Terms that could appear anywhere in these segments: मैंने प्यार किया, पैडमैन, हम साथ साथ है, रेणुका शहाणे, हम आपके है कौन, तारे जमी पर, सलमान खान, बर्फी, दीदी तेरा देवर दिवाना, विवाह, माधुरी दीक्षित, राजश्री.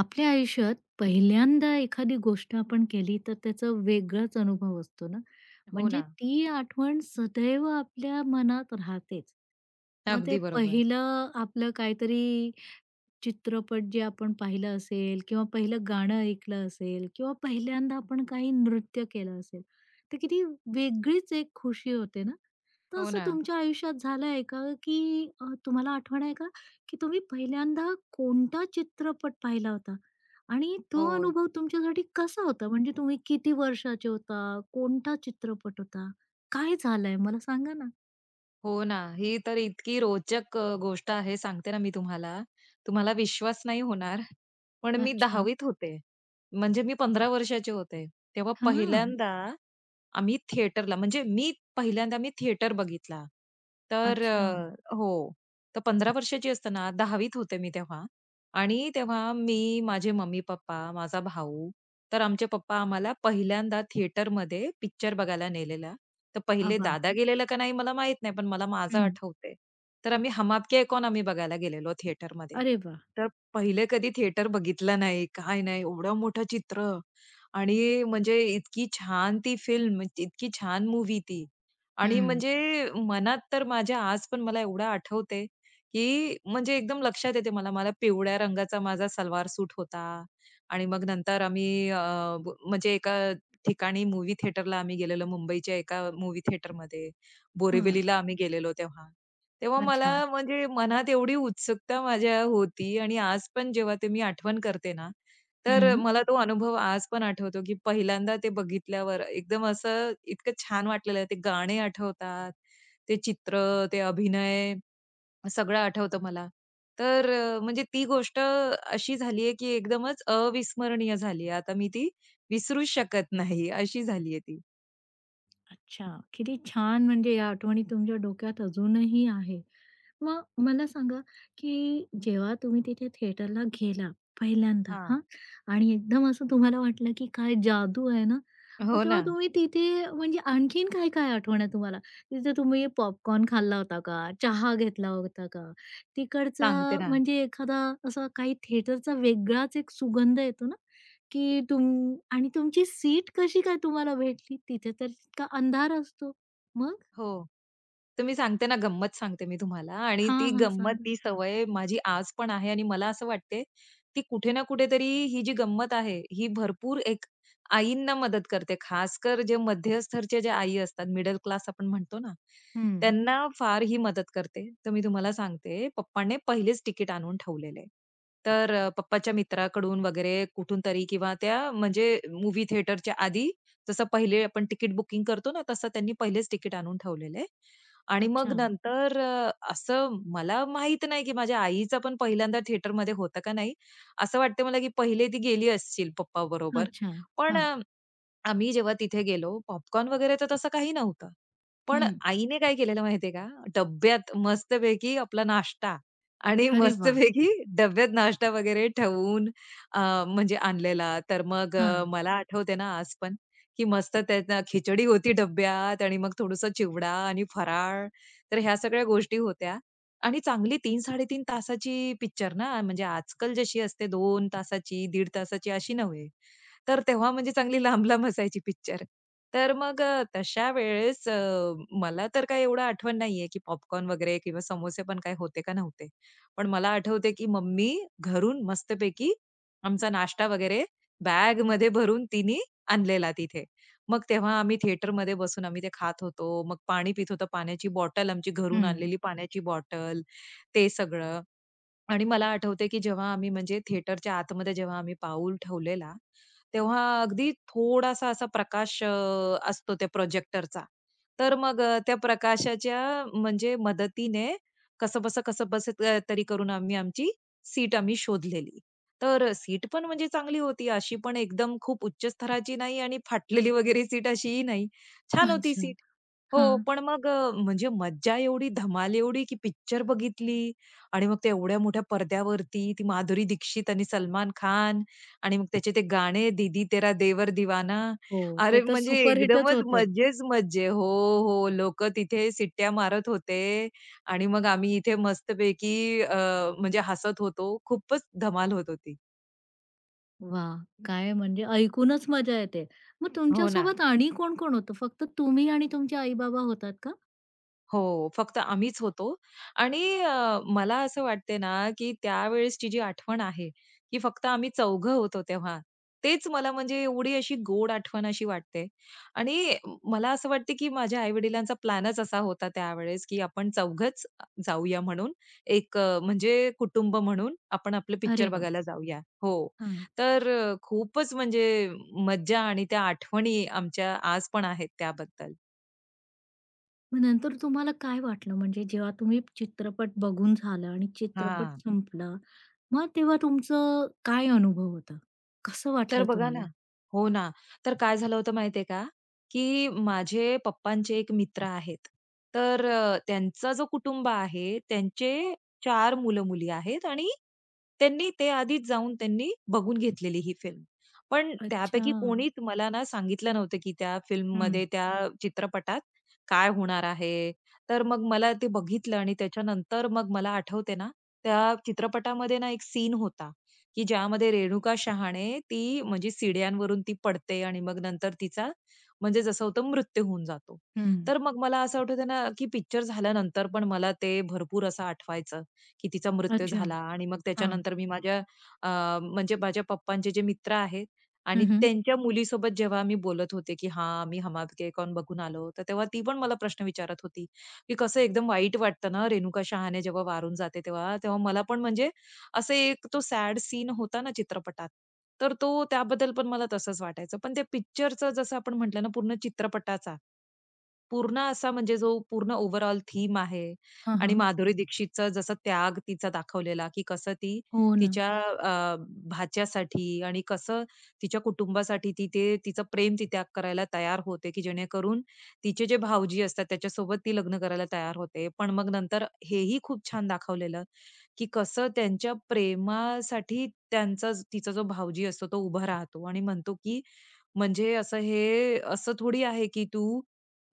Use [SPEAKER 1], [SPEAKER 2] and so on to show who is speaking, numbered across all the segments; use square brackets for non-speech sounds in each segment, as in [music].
[SPEAKER 1] आपल्या आयुष्यात पहिल्यांदा एखादी गोष्ट आपण केली तर त्याचा वेगळाच अनुभव असतो ना.
[SPEAKER 2] हो
[SPEAKER 1] म्हणजे
[SPEAKER 2] ना.
[SPEAKER 1] ती आठवण सदैव आपल्या मनात राहतेच. मग ते
[SPEAKER 2] अगदी बरोबर.
[SPEAKER 1] पहिलं आपलं काहीतरी चित्रपट जे आपण पाहिलं असेल किंवा पहिलं गाणं ऐकलं असेल किंवा पहिल्यांदा आपण काही नृत्य केलं असेल, तर किती वेगळीच एक खुशी होते ना. तर
[SPEAKER 2] हो
[SPEAKER 1] असं
[SPEAKER 2] ना.
[SPEAKER 1] तुमच्या आयुष्यात झालंय का, की तुम्हाला आठवण आहे का, की तुम्ही पहिल्यांदा कोणता चित्रपट पाहिला होता? आणि तो
[SPEAKER 2] हो. हं.
[SPEAKER 1] अनुभव तुमच्यासाठी कसा होता? म्हणजे तुम्ही किती वर्षाचे होता? कोणता चित्रपट होता? काय झालंय मला सांगा ना?
[SPEAKER 2] हो ना. ही तर इतकी रोचक गोष्ट आहे सांगते ना मी तुम्हाला. तुम्हाला विश्वास नाही होणार, पण मी
[SPEAKER 1] अच्छा.
[SPEAKER 2] 10वीत होते. म्हणजे मी 15 वर्षाचे होते. तेव्हा
[SPEAKER 1] हां.
[SPEAKER 2] पहिल्यांदा आम्ही थिएटरला म्हणजे मी पहिल्यांदा थिएटर बघितला. तर
[SPEAKER 1] अच्छा.
[SPEAKER 2] हो. तर 15 वर्षाची असताना 10वीत होते मी तेव्हा आणि तेव्हा मी, माझे मम्मी-पप्पा, माझा भाऊ, तर आमचे पप्पा आम्हाला पहिल्यांदा थिएटरमध्ये पिक्चर बघायला नेलेला. तर
[SPEAKER 1] आ,
[SPEAKER 2] पहिले
[SPEAKER 1] वाह!
[SPEAKER 2] दादा गेलेला का नाही मला माहीत नाही, पण मला माझं आठवतंय. तर आम्ही हम आपके है कौन बघायला गेलेलो थिएटरमध्ये.
[SPEAKER 1] अरे वाह!
[SPEAKER 2] तर पहिले कधी थिएटर बघितलं नाही, काय नाही. एवढं मोठं चित्र आणि म्हणजे इतकी छान ती फिल्म, इतकी छान मूव्ही ती. आणि म्हणजे मनात तर माझ्या आज पण मला एवढं आठवतंय, की म्हणजे एकदम लक्षात येते मला. मला पिवळ्या रंगाचा माझा सलवार सूट होता आणि मग नंतर आम्ही म्हणजे एका ठिकाणी मूव्ही थिएटरला आम्ही गेलेलो मुंबईच्या एका मूव्ही थिएटरमध्ये.
[SPEAKER 1] हां.
[SPEAKER 2] बोरिवलीला अच्छा. आम्ही गेलेलो तेव्हा. तेव्हा मला
[SPEAKER 1] अच्छा.
[SPEAKER 2] म्हणजे मनात एवढी उत्सुकता माझ्या होती आणि आज पण जेव्हा ते मी आठवण करते ना, तर
[SPEAKER 1] हं.
[SPEAKER 2] मला तो अनुभव आज पण आठवतो, की पहिल्यांदा ते बघितल्यावर एकदम असं इतकं छान वाटलेलं. ते गाणे आठवतात, ते चित्र, ते अभिनय सगळं आठवतं मला. तर म्हणजे ती गोष्ट अशी झालीये, की एकदमच अविस्मरणीय झालीये. आता मी ती विसरूच शकत नाही, अशी झालीये ती.
[SPEAKER 1] अच्छा. किती छान म्हणजे या आठवणी तुमच्या डोक्यात अजूनही आहे. मग मला सांगा, की जेव्हा तुम्ही तिथे थिएटरला गेला पहिल्यांदा
[SPEAKER 2] हां.
[SPEAKER 1] हां आणि एकदम असं तुम्हाला वाटलं, की काय जादू आहे ना, मग
[SPEAKER 2] हो ना.
[SPEAKER 1] तेव्हा तुम्ही तिथे म्हणजे आणखीन काय-काय आठवण आहे तुम्हाला? तिथे तुम्ही पॉपकॉर्न खाल्ला होता का? चहा घेतला होता का? तिकडचा
[SPEAKER 2] सांगते ना.
[SPEAKER 1] म्हणजे एखादा असा काही थिएटरचा वेगळाच एक सुगंध येतो ना, की तुम आणि तुमची सीट कशी काय तुम्हाला भेटली? तिथे तर इतका अंधार असतो. मग?
[SPEAKER 2] हो. तर मी सांगते ना, गंमत सांगते मी तुम्हाला आणि
[SPEAKER 1] हां,
[SPEAKER 2] ती
[SPEAKER 1] हां.
[SPEAKER 2] गंमत,
[SPEAKER 1] सांगा.
[SPEAKER 2] ती सवय माझी आज पण आहे आणि मला असं वाटते, ती कुठे ना कुठेतरी ही जी गंमत आहे, ही भरपूर एक आईंना मदत करते. खासकर जे मध्यस्थरचे जे आई असतात, मिडल क्लास आपण म्हणतो ना,
[SPEAKER 1] हं.
[SPEAKER 2] त्यांना फार ही मदत करते. तर मी तुम्हाला सांगते, पप्पाने पहिलेच तिकीट आणून ठेवलेले. तर पप्पाच्या मित्राकडून वगैरे कुठून तरी किंवा त्या म्हणजे मूव्ही थिएटरच्या आधी, जसं पहिले आपण तिकीट बुकिंग करतो ना, तसं त्यांनी पहिलेच तिकीट आणून ठेवलेले. आणि मग
[SPEAKER 1] अच्छा.
[SPEAKER 2] नंतर असं मला माहीत नाही, की माझ्या आईचा पण पहिल्यांदा थिएटरमध्ये होता का नाही? असं वाटतंय मला, की पहिले ती गेली असतील पप्पाबरोबर.
[SPEAKER 1] अच्छा.
[SPEAKER 2] पण
[SPEAKER 1] हां.
[SPEAKER 2] आम्ही जेव्हा तिथे गेलो, पॉपकॉर्न वगैरे तर तसं काही नव्हतं. पण
[SPEAKER 1] हं.
[SPEAKER 2] आईने काय केलेलं माहितीये का, डब्यात मस्तपैकी आपला नाश्ता आणि
[SPEAKER 1] अरे वाह!
[SPEAKER 2] मस्तपैकी डब्यात नाश्ता वगैरे ठेवून अ, म्हणजे आणलेला. तर मग
[SPEAKER 1] हां.
[SPEAKER 2] मला आठवते ना आज पण, की मस्त त्यात खिचडी होती डब्यात आणि मग थोडंसं चिवडा आणि फराळ. तर ह्या सगळ्या गोष्टी होत्या आणि चांगली 3-3.5 तासाची पिक्चर ना, म्हणजे आजकाल जशी असते 2 तासाची, दीड तासाची अशी नव्हे. तर तेव्हा म्हणजे चांगली लांब-लांब असायची पिक्चर. तर मग तशा वेळेस मला तर काही एवढं आठवण नाहीये, की पॉपकॉर्न वगैरे किंवा समोसे पण काही होते का नव्हते. पण मला आठवते, की मम्मी घरून मस्तपैकी आमचा नाश्ता वगैरे बॅगमध्ये भरून तिने आणलेला तिथे. मग तेव्हा आम्ही थिएटरमध्ये बसून आम्ही ते खात होतो. मग पाणी पित होतो. पाण्याची बॉटल आमची घरून
[SPEAKER 1] हं.
[SPEAKER 2] आणलेली पाण्याची बॉटल, ते सगळं. आणि मला आठवतंय, की जेव्हा आम्ही म्हणजे थिएटरच्या आतमध्ये जेव्हा आम्ही पाऊल ठेवलेला, तेव्हा अगदी थोडासा असा प्रकाश असतो त्या प्रोजेक्टरचा. तर मग त्या प्रकाशाच्या म्हणजे मदतीने कसंबसं, तरी करून आम्ही आमची सीट शोधलेली. तर सीट पण म्हणजे चांगली होती. अशी पण एकदम खूप उच्च स्तराची नाही आणि फाटलेली वगैरे सीट अशीही नाही. छान होती
[SPEAKER 1] अच्छा.
[SPEAKER 2] सीट. हो,
[SPEAKER 1] हां.
[SPEAKER 2] पण मग म्हणजे मज्जा एवढी, धमाल एवढी, की पिक्चर बघितली. आणि मग ते एवढ्या मोठ्या पडद्यावरती ती माधुरी दीक्षित आणि सलमान खान आणि मग त्याचे ते गाणे दीदी तेरा देवर दिवाना.
[SPEAKER 1] हो,
[SPEAKER 2] अरे
[SPEAKER 1] ते तर
[SPEAKER 2] म्हणजे
[SPEAKER 1] सुपरहिटच
[SPEAKER 2] एकदमच
[SPEAKER 1] होतं.
[SPEAKER 2] मजेच मज्जे. हो, हो. लोकं तिथे शिट्ट्या मारत होते आणि मग आम्ही इथे मस्तपैकी अ, म्हणजे हसत होतो. खूपच धमाल होत होती.
[SPEAKER 1] वाह! काय म्हणजे ऐकूनच मजा येते. मग
[SPEAKER 2] हो ना.
[SPEAKER 1] तुमच्यासोबत आणि कोण-कोण होतं? फक्त तुम्ही आणि तुमचे आई-बाबा होतात का?
[SPEAKER 2] हो, फक्त आम्हीच होतो आणि मला असं वाटते ना, की त्यावेळेसची जी आठवण आहे, की फक्त आम्ही चौघं होतो तेव्हा. तेच मला म्हणजे एवढी अशी गोड आठवण अशी वाटते आणि मला असं वाटते, की माझ्या आई-वडिलांचा प्लॅनच असा होता त्यावेळेस, की आपण चौघंच जाऊया म्हणून. एक म्हणजे कुटुंब म्हणून आपण आपले पिक्चर
[SPEAKER 1] अरे वाह!
[SPEAKER 2] बघायला जाऊया. हो.
[SPEAKER 1] हां.
[SPEAKER 2] तर खूपच म्हणजे मज्जा आणि त्या आठवणी आमच्या आज पण आहेत त्याबद्दल.
[SPEAKER 1] मग नंतर तुम्हाला काय वाटलं? म्हणजे जेव्हा तुम्ही चित्रपट बघून झालं आणि चित्रपट
[SPEAKER 2] हां.
[SPEAKER 1] संपला मग तेव्हा तुमचं काय अनुभव होता? कसं
[SPEAKER 2] तर
[SPEAKER 1] वाटलं
[SPEAKER 2] बघा ना
[SPEAKER 1] तुम्हाला?
[SPEAKER 2] हो ना. तर काय झालं होतं माहितीये का, की माझे पप्पांचे एक मित्र आहेत. तर त्यांचा जो कुटुंब आहे, त्यांचे चार मुलं-मुली आहेत आणि त्यांनी ते आधीच जाऊन त्यांनी बघून घेतलेली ही फिल्म. पण
[SPEAKER 1] अच्छा.
[SPEAKER 2] त्यापैकी कोणीच मला ना सांगितलं नव्हतं, की त्या
[SPEAKER 1] हं,
[SPEAKER 2] फिल्ममध्ये, त्या चित्रपटात काय होणार आहे. तर मग मला ते बघितलं आणि त्याच्यानंतर मग मला आठवते ना, त्या चित्रपटामध्ये ना एक सीन होता. की ज्यामध्ये रेणुका शहाणे ती म्हणजे सीड्यांवरून ती पडते आणि मग नंतर तिचा म्हणजे जसं होतं मृत्यू होऊन जातो.
[SPEAKER 1] हं.
[SPEAKER 2] तर मग मला असं आठवतं ना, की पिक्चर झाल्यानंतर पण मला ते भरपूर असं आठवायचं, की तिचा मृत्यू
[SPEAKER 1] अच्छा.
[SPEAKER 2] झाला आणि मग
[SPEAKER 1] हां.
[SPEAKER 2] त्याच्यानंतर मी माझ्या म्हणजे माझ्या पप्पांचे जे मित्र आहेत आणि
[SPEAKER 1] हं, हं.
[SPEAKER 2] त्यांच्या मुलीसोबत जेव्हा मी बोलत होते, की हां, मी "हम आपके कौन" बघून आलो. तर तेव्हा ती पण मला प्रश्न विचारत होती, की कसं एकदम वाईट वाटतं ना, रेणुका शहाणे जेव्हा वारून जाते तेव्हा. तेव्हा मला पण म्हणजे असे एक तो सॅड सीन होता ना चित्रपटात, तर तो त्याबद्दल पण मला तसंच वाटायचं. पण त्या पिक्चरचं जसं आपण म्हटलं ना, पूर्ण चित्रपटाचा, पूर्ण असा म्हणजे जो पूर्ण ओव्हरऑल थीम आहे
[SPEAKER 1] हां,
[SPEAKER 2] आणि
[SPEAKER 1] हां.
[SPEAKER 2] माधुरी दीक्षितचा जसा त्याग तिचा दाखवलेला, की कसं ती
[SPEAKER 1] हो ना.
[SPEAKER 2] तिच्या अ, भाच्यासाठी आणि कसं तिच्या कुटुंबासाठी ती ते तिचं प्रेम ती त्याग करायला तयार होते, की जेणेकरून तिचे जे भावजी असतात त्याच्यासोबत ती लग्न करायला तयार होते. पण मग नंतर हेही खूप छान दाखवलेलं, की कसं त्यांच्या प्रेमासाठी तिचा जो भावजी असतो तो उभा राहतो आणि म्हणतो की म्हणजे असं हे असं थोडी आहे की तू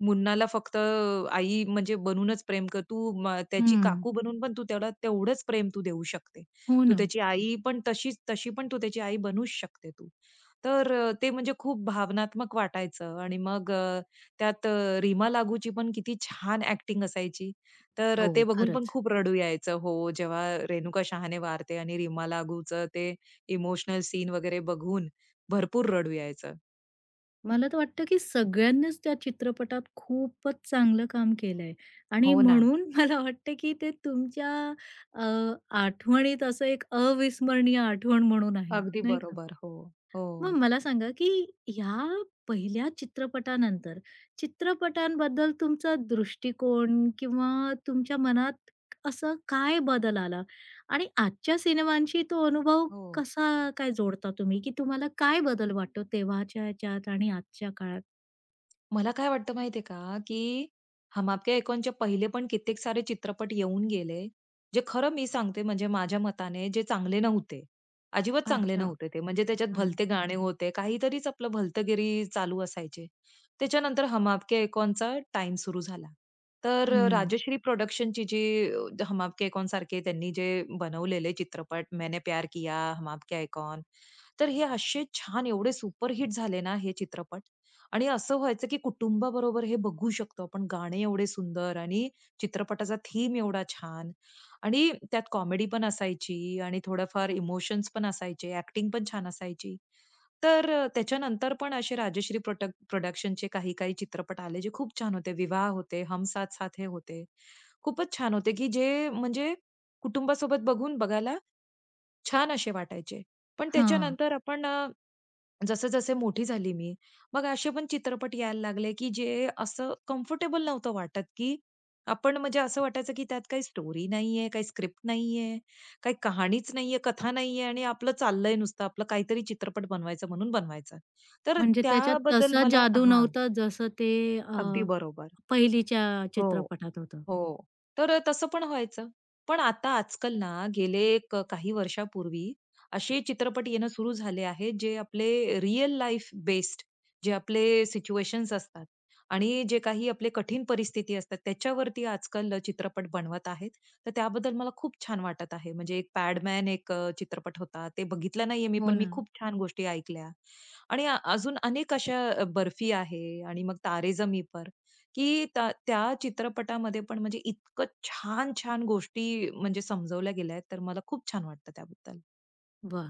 [SPEAKER 2] मुन्नाला फक्त आई म्हणजे बनूनच प्रेम कर त्याची
[SPEAKER 1] हं.
[SPEAKER 2] काकू बनून पण तू त्याला तेवढंच प्रेम तू देऊ शकते
[SPEAKER 1] हो
[SPEAKER 2] तू
[SPEAKER 1] ना.
[SPEAKER 2] त्याची आई पण तशीच तशी पण तू त्याची आई बनूच शकते तू तर ते म्हणजे खूप भावनात्मक वाटायचं आणि मग त्यात रीमा लागूची पण किती छान ऍक्टिंग असायची तर
[SPEAKER 1] हो,
[SPEAKER 2] ते बघून पण
[SPEAKER 1] खरंच.
[SPEAKER 2] खूप रडू यायचं. हो, जेव्हा रेणुका शहाणे वारते आणि रीमा लागूचं ते इमोशनल सीन वगैरे बघून भरपूर रडू यायचं.
[SPEAKER 1] मला तर वाटतं, की सगळ्यांनीच त्या चित्रपटात खूपच चांगलं काम केलंय आणि
[SPEAKER 2] हो ना.
[SPEAKER 1] म्हणून [laughs] मला वाटतं, की ते तुमच्या अ, आठवणीत असं एक अविस्मरणीय आठवण म्हणून आहे,
[SPEAKER 2] अगदी
[SPEAKER 1] नाही का?
[SPEAKER 2] बरोबर. हो. हो.
[SPEAKER 1] मग मला सांगा, की ह्या पहिल्या चित्रपटानंतर, चित्रपटांबद्दल तुमचा दृष्टिकोन किंवा तुमच्या मनात असं काय बदल आला? आणि आजच्या सिनेमांशी तो अनुभव
[SPEAKER 2] हो.
[SPEAKER 1] कसा काय जोडता तुम्ही? की तुम्हाला काय बदल वाटतो तेव्हाच्या ह्याच्यात आणि आजच्या काळात?
[SPEAKER 2] मला काय वाटतं माहितीये का, की हम आपके है कौनचे पहिले पण कित्येक सारे चित्रपट येऊन गेले, जे खरं मी सांगते म्हणजे माझ्या मताने जे चांगले नव्हते. अजिबात चांगले
[SPEAKER 1] अच्छा.
[SPEAKER 2] नव्हते ते. म्हणजे त्याच्यात
[SPEAKER 1] हं.
[SPEAKER 2] भलते गाणे होते, काहीतरीच आपलं भलतगिरी चालू असायचे. त्याच्यानंतर हम आपके है कौनचा सुरू झाला. तर अ,
[SPEAKER 1] हं.
[SPEAKER 2] राजश्री प्रोडक्शनची जी अ, हम आपके है सारखे त्यांनी जे बनवलेले चित्रपट मैंने प्यार किया, हम आपके है तर हे असे छान एवढे सुपरहिट झाले ना हे चित्रपट. आणि असं व्हायचं की कुटुंबाबरोबर हे बघू शकतो आपण. गाणे एवढे सुंदर आणि चित्रपटाचा थीम एवढा छान आणि त्यात कॉमेडी पण असायची आणि थोडंफार इमोशन्स पण असायचे, ॲक्टिंग पण छान असायची. तर त्याच्यानंतर पण असे राजश्री प्रोटक प्रोडक्शनचे काही-काही चित्रपट आले, जे खूप छान होते. विवाह होते, हम साथ साथ है होते. खूपच छान होते, की जे म्हणजे कुटुंबासोबत बघून बघायला छान असे वाटायचे. पण
[SPEAKER 1] हां.
[SPEAKER 2] त्याच्यानंतर आपण जसे-जसे मोठी झाली मी, मग असे पण चित्रपट यायला लागले, की जे असं कम्फर्टेबल नव्हतं वाटत, की आपण म्हणजे असं वाटायचं, की त्यात काही स्टोरी नाहीये, काही स्क्रिप्ट नाहीये, काही कहाणीच नाहीये, कथा नाहीये आणि आपलं चाललंय नुसतं आपलं काहीतरी चित्रपट बनवायचा म्हणून बनवायचा. तर
[SPEAKER 1] म्हणजे त्याच्यात
[SPEAKER 2] त्याबद्दल
[SPEAKER 1] तसं
[SPEAKER 2] मला
[SPEAKER 1] जादू
[SPEAKER 2] हां,
[SPEAKER 1] नव्हतं जसं ते
[SPEAKER 2] अगदी
[SPEAKER 1] अ,
[SPEAKER 2] बरोबर.
[SPEAKER 1] पहिलीच्या
[SPEAKER 2] हो.
[SPEAKER 1] चित्रपटात होतं.
[SPEAKER 2] हो. तर तसं पण व्हायचं. पण आता आजकाल ना गेले काही वर्षापूर्वी असे चित्रपट येणं सुरू झाले आहेत, जे आपले रिअल लाईफ बेस्ड जे आपले सिच्युएशन्स असतात आणि जे काही आपले कठीण परिस्थिती असतात, त्याच्यावरती आजकाल चित्रपट बनवत आहेत. तर त्याबद्दल मला खूप छान वाटत आहे. म्हणजे एक पॅडमॅन एक चित्रपट होता. ते बघितला नाहीये मी,
[SPEAKER 1] हो
[SPEAKER 2] पण मी
[SPEAKER 1] ना.
[SPEAKER 2] खूप छान गोष्टी ऐकल्या आणि अजून अनेक अशा बर्फी आहे आणि मग तारे जमी पर की त्या त्या चित्रपटामध्ये पण म्हणजे इतकं छान-छान गोष्टी म्हणजे समजवल्या गेल्या आहेत, तर मला खूप छान वाटतं त्याबद्दल.
[SPEAKER 1] वा,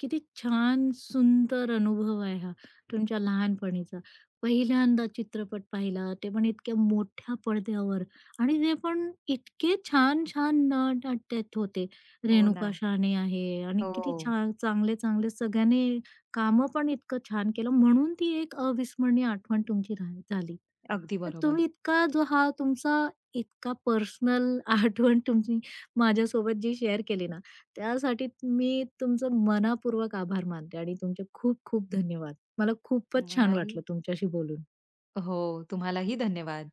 [SPEAKER 1] किती छान सुंदर अनुभव आहे हा तुमच्या लहानपणीचा. पहिल्यांदा चित्रपट पाहिला, ते पण इतक्या मोठ्या पडद्यावर आणि ते पण इतके छान-छान नट अट त्यात होते.
[SPEAKER 2] हो ना.
[SPEAKER 1] रेणुका शहाणे आहे आणि किती
[SPEAKER 2] हो.
[SPEAKER 1] छान चांगले-चांगले सगळ्यांनी कामं पण इतकं छान केलं म्हणून ती एक अविस्मरणीय आठवण तुमची रा झाली.
[SPEAKER 2] अगदी
[SPEAKER 1] तर
[SPEAKER 2] बरोबर.
[SPEAKER 1] तुम्ही इतका जो हा तुमचा इतका पर्सनल [laughs] आठवण तुम्ही माझ्यासोबत जी शेअर केली ना, त्यासाठी मी तुमचं मनापूर्वक आभार मानते आणि तुमचे खूप खूप धन्यवाद. मला खूपच छान
[SPEAKER 2] तुम्हालाही
[SPEAKER 1] वाटलं तुमच्याशी बोलून.
[SPEAKER 2] हो, तुम्हालाही धन्यवाद.